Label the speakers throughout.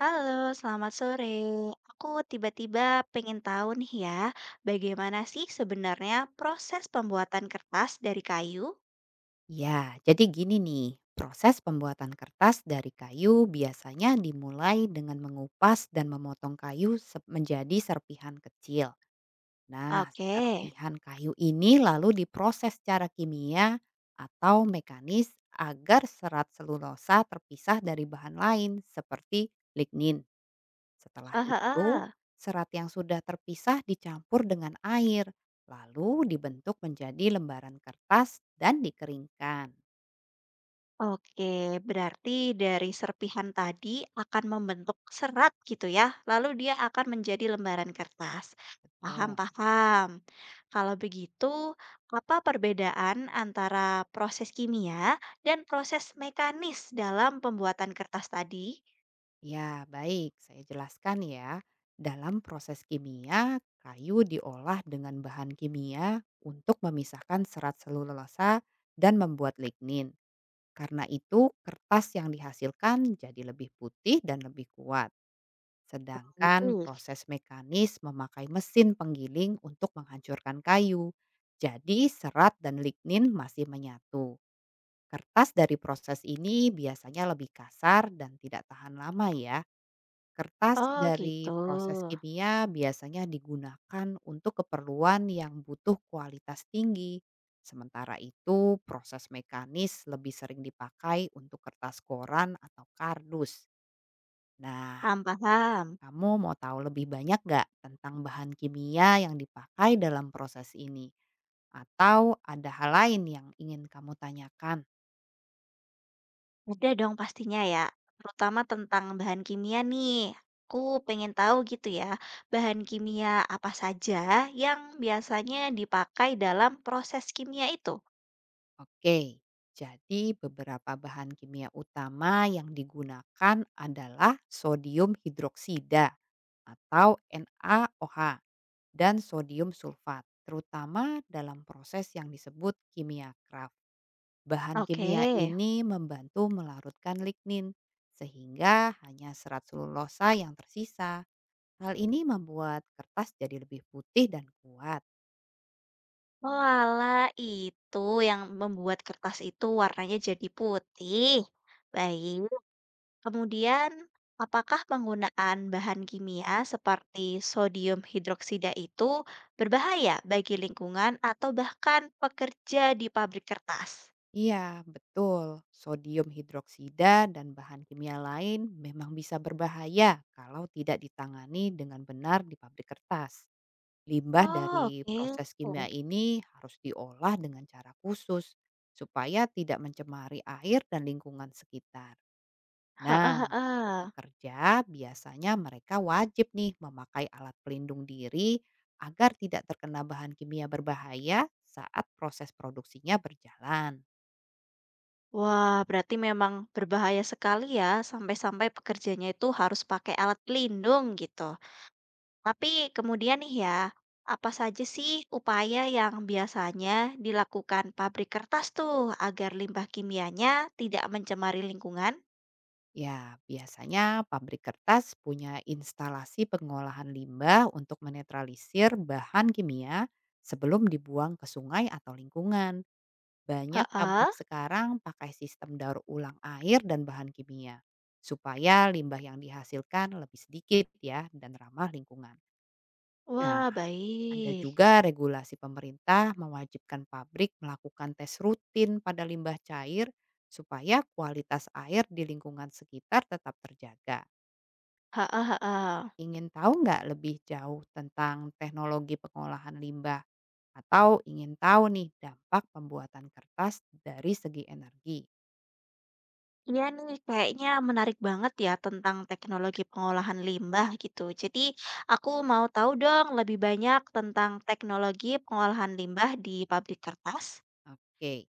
Speaker 1: Halo, selamat sore. Aku tiba-tiba pengen tahu nih ya, bagaimana sih sebenarnya proses pembuatan kertas dari kayu?
Speaker 2: Ya, jadi gini nih, proses pembuatan kertas dari kayu biasanya dimulai dengan mengupas dan memotong kayu menjadi serpihan kecil. Nah,
Speaker 1: Oke,
Speaker 2: serpihan kayu ini lalu diproses secara kimia atau mekanis agar serat selulosa terpisah dari bahan lain seperti lignin. Setelah
Speaker 1: ah, ah,
Speaker 2: itu,
Speaker 1: ah.
Speaker 2: serat yang sudah terpisah dicampur dengan air, lalu dibentuk menjadi lembaran kertas dan dikeringkan.
Speaker 1: Oke, berarti dari serpihan tadi akan membentuk serat gitu ya, lalu dia akan menjadi lembaran kertas. Paham,
Speaker 2: Betul.
Speaker 1: paham. Kalau begitu, apa perbedaan antara proses kimia dan proses mekanis dalam pembuatan kertas tadi?
Speaker 2: Ya, baik. Saya jelaskan ya. Dalam proses kimia, kayu diolah dengan bahan kimia untuk memisahkan serat selulosa dan membuat lignin. Karena itu, kertas yang dihasilkan jadi lebih putih dan lebih kuat. Sedangkan proses mekanis memakai mesin penggiling untuk menghancurkan kayu. Jadi, serat dan lignin masih menyatu. Kertas dari proses ini biasanya lebih kasar dan tidak tahan lama ya. Kertas
Speaker 1: Oh
Speaker 2: dari
Speaker 1: gitu.
Speaker 2: proses kimia biasanya digunakan untuk keperluan yang butuh kualitas tinggi. Sementara itu, proses mekanis lebih sering dipakai untuk kertas koran atau kardus. Nah,
Speaker 1: Paham paham.
Speaker 2: kamu mau tahu lebih banyak nggak tentang bahan kimia yang dipakai dalam proses ini? Atau ada hal lain yang ingin kamu tanyakan?
Speaker 1: Ada dong pastinya ya, terutama tentang bahan kimia nih. Aku pengen tahu gitu ya, bahan kimia apa saja yang biasanya dipakai dalam proses kimia itu.
Speaker 2: Oke, jadi beberapa bahan kimia utama yang digunakan adalah sodium hidroksida atau NaOH dan sodium sulfat, terutama dalam proses yang disebut kimia Kraft. Bahan
Speaker 1: Oke.
Speaker 2: kimia ini membantu melarutkan lignin sehingga hanya serat selulosa yang tersisa. Hal ini membuat kertas jadi lebih putih dan kuat.
Speaker 1: Walah, itu yang membuat kertas itu warnanya jadi putih. Baik. Kemudian, apakah penggunaan bahan kimia seperti sodium hidroksida itu berbahaya bagi lingkungan atau bahkan pekerja di pabrik kertas?
Speaker 2: Iya, betul. Sodium hidroksida dan bahan kimia lain memang bisa berbahaya kalau tidak ditangani dengan benar di pabrik kertas. Limbah
Speaker 1: Oh,
Speaker 2: dari
Speaker 1: oke.
Speaker 2: proses kimia ini harus diolah dengan cara khusus supaya tidak mencemari air dan lingkungan sekitar.
Speaker 1: Heeh,
Speaker 2: Nah, untuk
Speaker 1: heeh.
Speaker 2: pekerja biasanya mereka wajib nih memakai alat pelindung diri agar tidak terkena bahan kimia berbahaya saat proses produksinya berjalan.
Speaker 1: Wah, berarti memang berbahaya sekali ya, sampai-sampai pekerjanya itu harus pakai alat pelindung gitu. Tapi kemudian nih ya, apa saja sih upaya yang biasanya dilakukan pabrik kertas tuh agar limbah kimianya tidak mencemari lingkungan?
Speaker 2: Ya, biasanya pabrik kertas punya instalasi pengolahan limbah untuk menetralisir bahan kimia sebelum dibuang ke sungai atau lingkungan. Banyak pabrik
Speaker 1: Heeh.
Speaker 2: sekarang pakai sistem daur ulang air dan bahan kimia supaya limbah yang dihasilkan lebih sedikit ya dan ramah lingkungan. Nah,
Speaker 1: Wah,
Speaker 2: ada
Speaker 1: baik.
Speaker 2: juga regulasi pemerintah mewajibkan pabrik melakukan tes rutin pada limbah cair supaya kualitas air di lingkungan sekitar tetap terjaga.
Speaker 1: Heeh, heeh.
Speaker 2: Ingin tahu nggak lebih jauh tentang teknologi pengolahan limbah? Atau ingin tahu nih dampak pembuatan kertas dari segi energi?
Speaker 1: Iya nih, kayaknya menarik banget ya tentang teknologi pengolahan limbah gitu. Jadi, aku mau tahu dong lebih banyak tentang teknologi pengolahan limbah di pabrik kertas.
Speaker 2: Oke,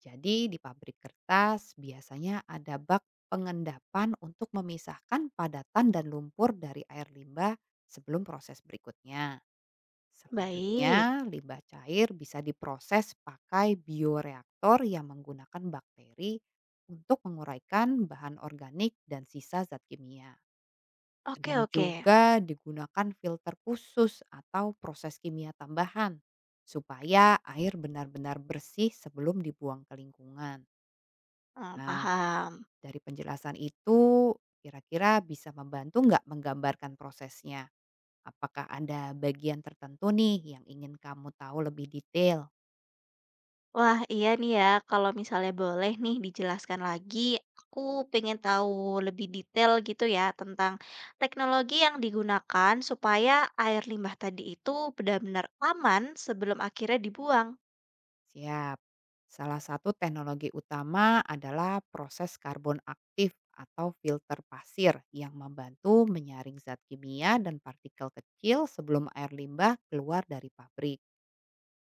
Speaker 2: jadi di pabrik kertas biasanya ada bak pengendapan untuk memisahkan padatan dan lumpur dari air limbah sebelum proses berikutnya.
Speaker 1: Baik.
Speaker 2: Selanjutnya, limbah cair bisa diproses pakai bioreaktor yang menggunakan bakteri untuk menguraikan bahan organik dan sisa zat kimia.
Speaker 1: Oke,
Speaker 2: Kadang
Speaker 1: oke.
Speaker 2: juga digunakan filter khusus atau proses kimia tambahan supaya air benar-benar bersih sebelum dibuang ke lingkungan.
Speaker 1: Hmm,
Speaker 2: Nah,
Speaker 1: paham.
Speaker 2: dari penjelasan itu kira-kira bisa membantu nggak menggambarkan prosesnya? Apakah ada bagian tertentu nih yang ingin kamu tahu lebih detail?
Speaker 1: Wah, iya nih ya, kalau misalnya boleh nih dijelaskan lagi, aku pengen tahu lebih detail gitu ya tentang teknologi yang digunakan supaya air limbah tadi itu benar-benar aman sebelum akhirnya dibuang.
Speaker 2: Siap. Salah satu teknologi utama adalah proses karbon aktif atau filter pasir yang membantu menyaring zat kimia dan partikel kecil sebelum air limbah keluar dari pabrik.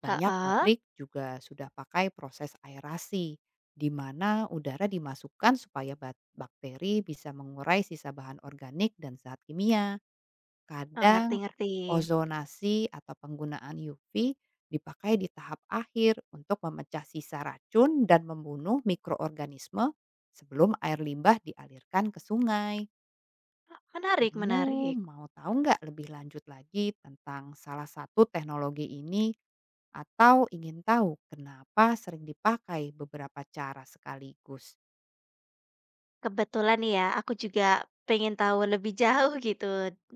Speaker 2: Banyak
Speaker 1: Heeh,
Speaker 2: pabrik juga sudah pakai proses aerasi, di mana udara dimasukkan supaya bakteri bisa mengurai sisa bahan organik dan zat kimia.
Speaker 1: oh,
Speaker 2: Kadang
Speaker 1: ngerti-ngerti.
Speaker 2: ozonasi atau penggunaan UV dipakai di tahap akhir untuk memecah sisa racun dan membunuh mikroorganisme sebelum air limbah dialirkan ke sungai.
Speaker 1: Menarik,
Speaker 2: Kamu
Speaker 1: menarik.
Speaker 2: mau tahu nggak lebih lanjut lagi tentang salah satu teknologi ini atau ingin tahu kenapa sering dipakai beberapa cara sekaligus?
Speaker 1: Kebetulan nih ya, aku juga pengen tahu lebih jauh gitu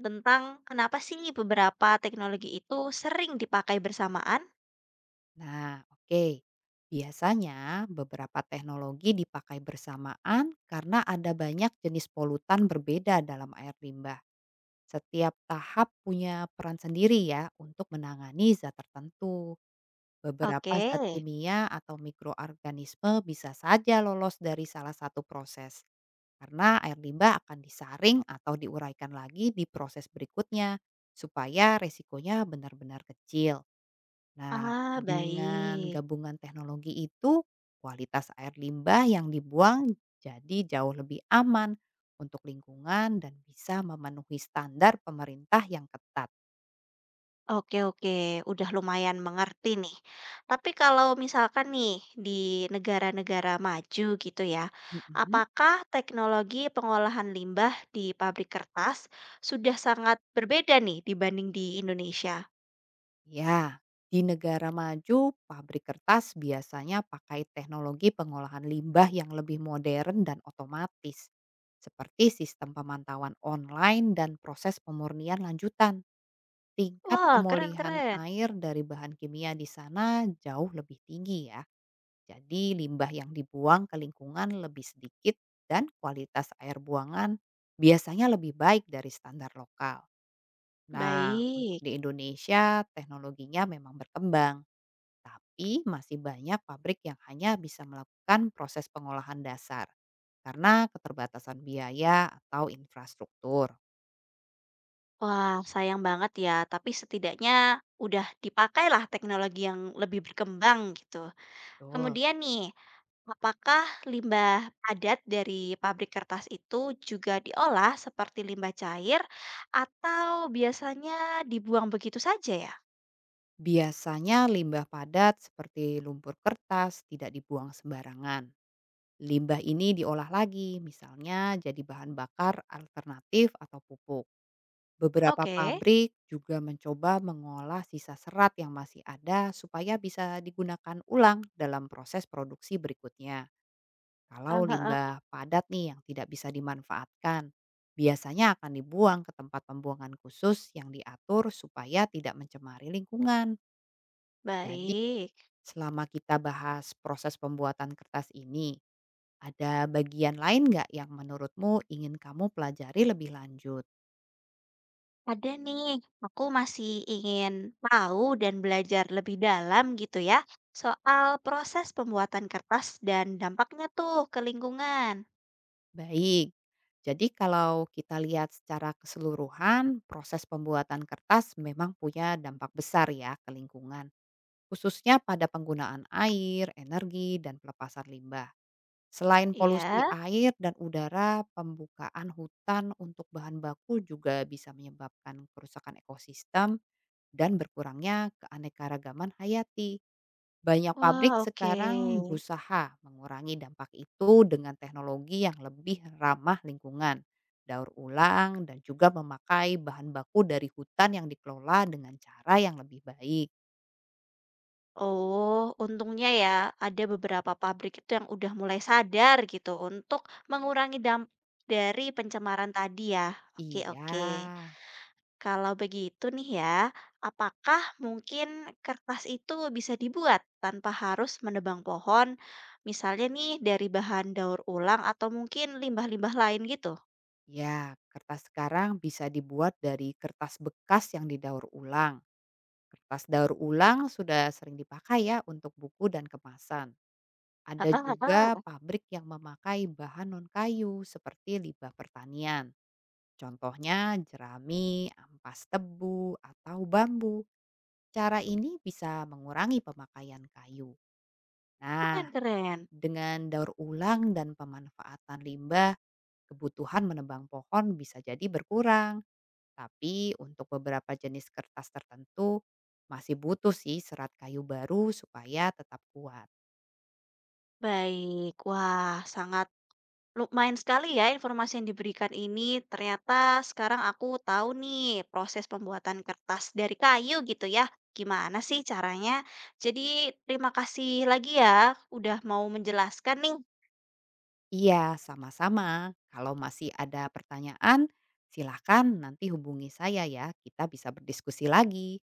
Speaker 1: tentang kenapa sih beberapa teknologi itu sering dipakai bersamaan.
Speaker 2: Nah, oke. Biasanya beberapa teknologi dipakai bersamaan karena ada banyak jenis polutan berbeda dalam air limbah. Setiap tahap punya peran sendiri ya untuk menangani zat tertentu. Beberapa
Speaker 1: Oke.
Speaker 2: zat kimia atau mikroorganisme bisa saja lolos dari salah satu proses karena air limbah akan disaring atau diuraikan lagi di proses berikutnya supaya resikonya benar-benar kecil. Nah,
Speaker 1: Ah,
Speaker 2: dengan
Speaker 1: baik.
Speaker 2: gabungan teknologi itu, kualitas air limbah yang dibuang jadi jauh lebih aman untuk lingkungan dan bisa memenuhi standar pemerintah yang ketat.
Speaker 1: Oke oke, udah lumayan mengerti nih. Tapi kalau misalkan nih di negara-negara maju gitu ya,
Speaker 2: Mm-mm.
Speaker 1: apakah teknologi pengolahan limbah di pabrik kertas sudah sangat berbeda nih dibanding di Indonesia?
Speaker 2: Ya, di negara maju, pabrik kertas biasanya pakai teknologi pengolahan limbah yang lebih modern dan otomatis, seperti sistem pemantauan online dan proses pemurnian lanjutan. Tingkat
Speaker 1: Wah,
Speaker 2: pemulihan
Speaker 1: keren-keren.
Speaker 2: air dari bahan kimia di sana jauh lebih tinggi ya. Jadi limbah yang dibuang ke lingkungan lebih sedikit dan kualitas air buangan biasanya lebih baik dari standar lokal. Nah, untuk di
Speaker 1: Baik.
Speaker 2: Indonesia teknologinya memang berkembang, tapi masih banyak pabrik yang hanya bisa melakukan proses pengolahan dasar karena keterbatasan biaya atau infrastruktur.
Speaker 1: Wah, sayang banget ya, tapi setidaknya udah dipakailah teknologi yang lebih berkembang gitu.
Speaker 2: Betul.
Speaker 1: Kemudian nih, apakah limbah padat dari pabrik kertas itu juga diolah seperti limbah cair atau biasanya dibuang begitu saja ya?
Speaker 2: Biasanya limbah padat seperti lumpur kertas tidak dibuang sembarangan. Limbah ini diolah lagi, misalnya jadi bahan bakar alternatif atau pupuk. Beberapa
Speaker 1: Oke.
Speaker 2: pabrik juga mencoba mengolah sisa serat yang masih ada supaya bisa digunakan ulang dalam proses produksi berikutnya.
Speaker 1: Eh,
Speaker 2: Kalau
Speaker 1: eh, eh.
Speaker 2: limbah padat nih yang tidak bisa dimanfaatkan, biasanya akan dibuang ke tempat pembuangan khusus yang diatur supaya tidak mencemari lingkungan. Jadi
Speaker 1: Baik,
Speaker 2: selama kita bahas proses pembuatan kertas ini, ada bagian lain nggak yang menurutmu ingin kamu pelajari lebih lanjut?
Speaker 1: ada nih. Aku masih ingin tahu dan belajar lebih dalam gitu ya soal proses pembuatan kertas dan dampaknya tuh ke lingkungan.
Speaker 2: Baik, jadi kalau kita lihat secara keseluruhan, proses pembuatan kertas memang punya dampak besar ya ke lingkungan, khususnya pada penggunaan air, energi, dan pelepasan limbah. Selain polusi
Speaker 1: Iya.
Speaker 2: air dan udara, pembukaan hutan untuk bahan baku juga bisa menyebabkan kerusakan ekosistem dan berkurangnya keanekaragaman hayati. Banyak
Speaker 1: Wah,
Speaker 2: pabrik
Speaker 1: oke.
Speaker 2: sekarang berusaha mengurangi dampak itu dengan teknologi yang lebih ramah lingkungan, daur ulang, dan juga memakai bahan baku dari hutan yang dikelola dengan cara yang lebih baik.
Speaker 1: Oh, untungnya ya ada beberapa pabrik itu yang udah mulai sadar gitu untuk mengurangi dampak dari pencemaran tadi ya. Oke,
Speaker 2: Iya,
Speaker 1: oke. Kalau begitu nih ya, apakah mungkin kertas itu bisa dibuat tanpa harus menebang pohon? Misalnya nih dari bahan daur ulang atau mungkin limbah-limbah lain gitu.
Speaker 2: ya kertas sekarang bisa dibuat dari kertas bekas yang didaur ulang. Kertas daur ulang sudah sering dipakai ya untuk buku dan kemasan. Ada juga pabrik yang memakai bahan non-kayu seperti limbah pertanian. Contohnya jerami, ampas tebu, atau bambu. Cara ini bisa mengurangi pemakaian kayu. Nah,
Speaker 1: Keren, keren.
Speaker 2: dengan daur ulang dan pemanfaatan limbah, kebutuhan menebang pohon bisa jadi berkurang. Tapi untuk beberapa jenis kertas tertentu, masih butuh sih serat kayu baru supaya tetap kuat.
Speaker 1: Baik, wah sangat lumayan sekali ya informasi yang diberikan ini. Ternyata sekarang aku tahu nih proses pembuatan kertas dari kayu gitu ya. Gimana sih caranya? Jadi, terima kasih lagi ya udah mau menjelaskan nih.
Speaker 2: Iya, sama-sama. Kalau masih ada pertanyaan, silakan nanti hubungi saya ya. Kita bisa berdiskusi lagi.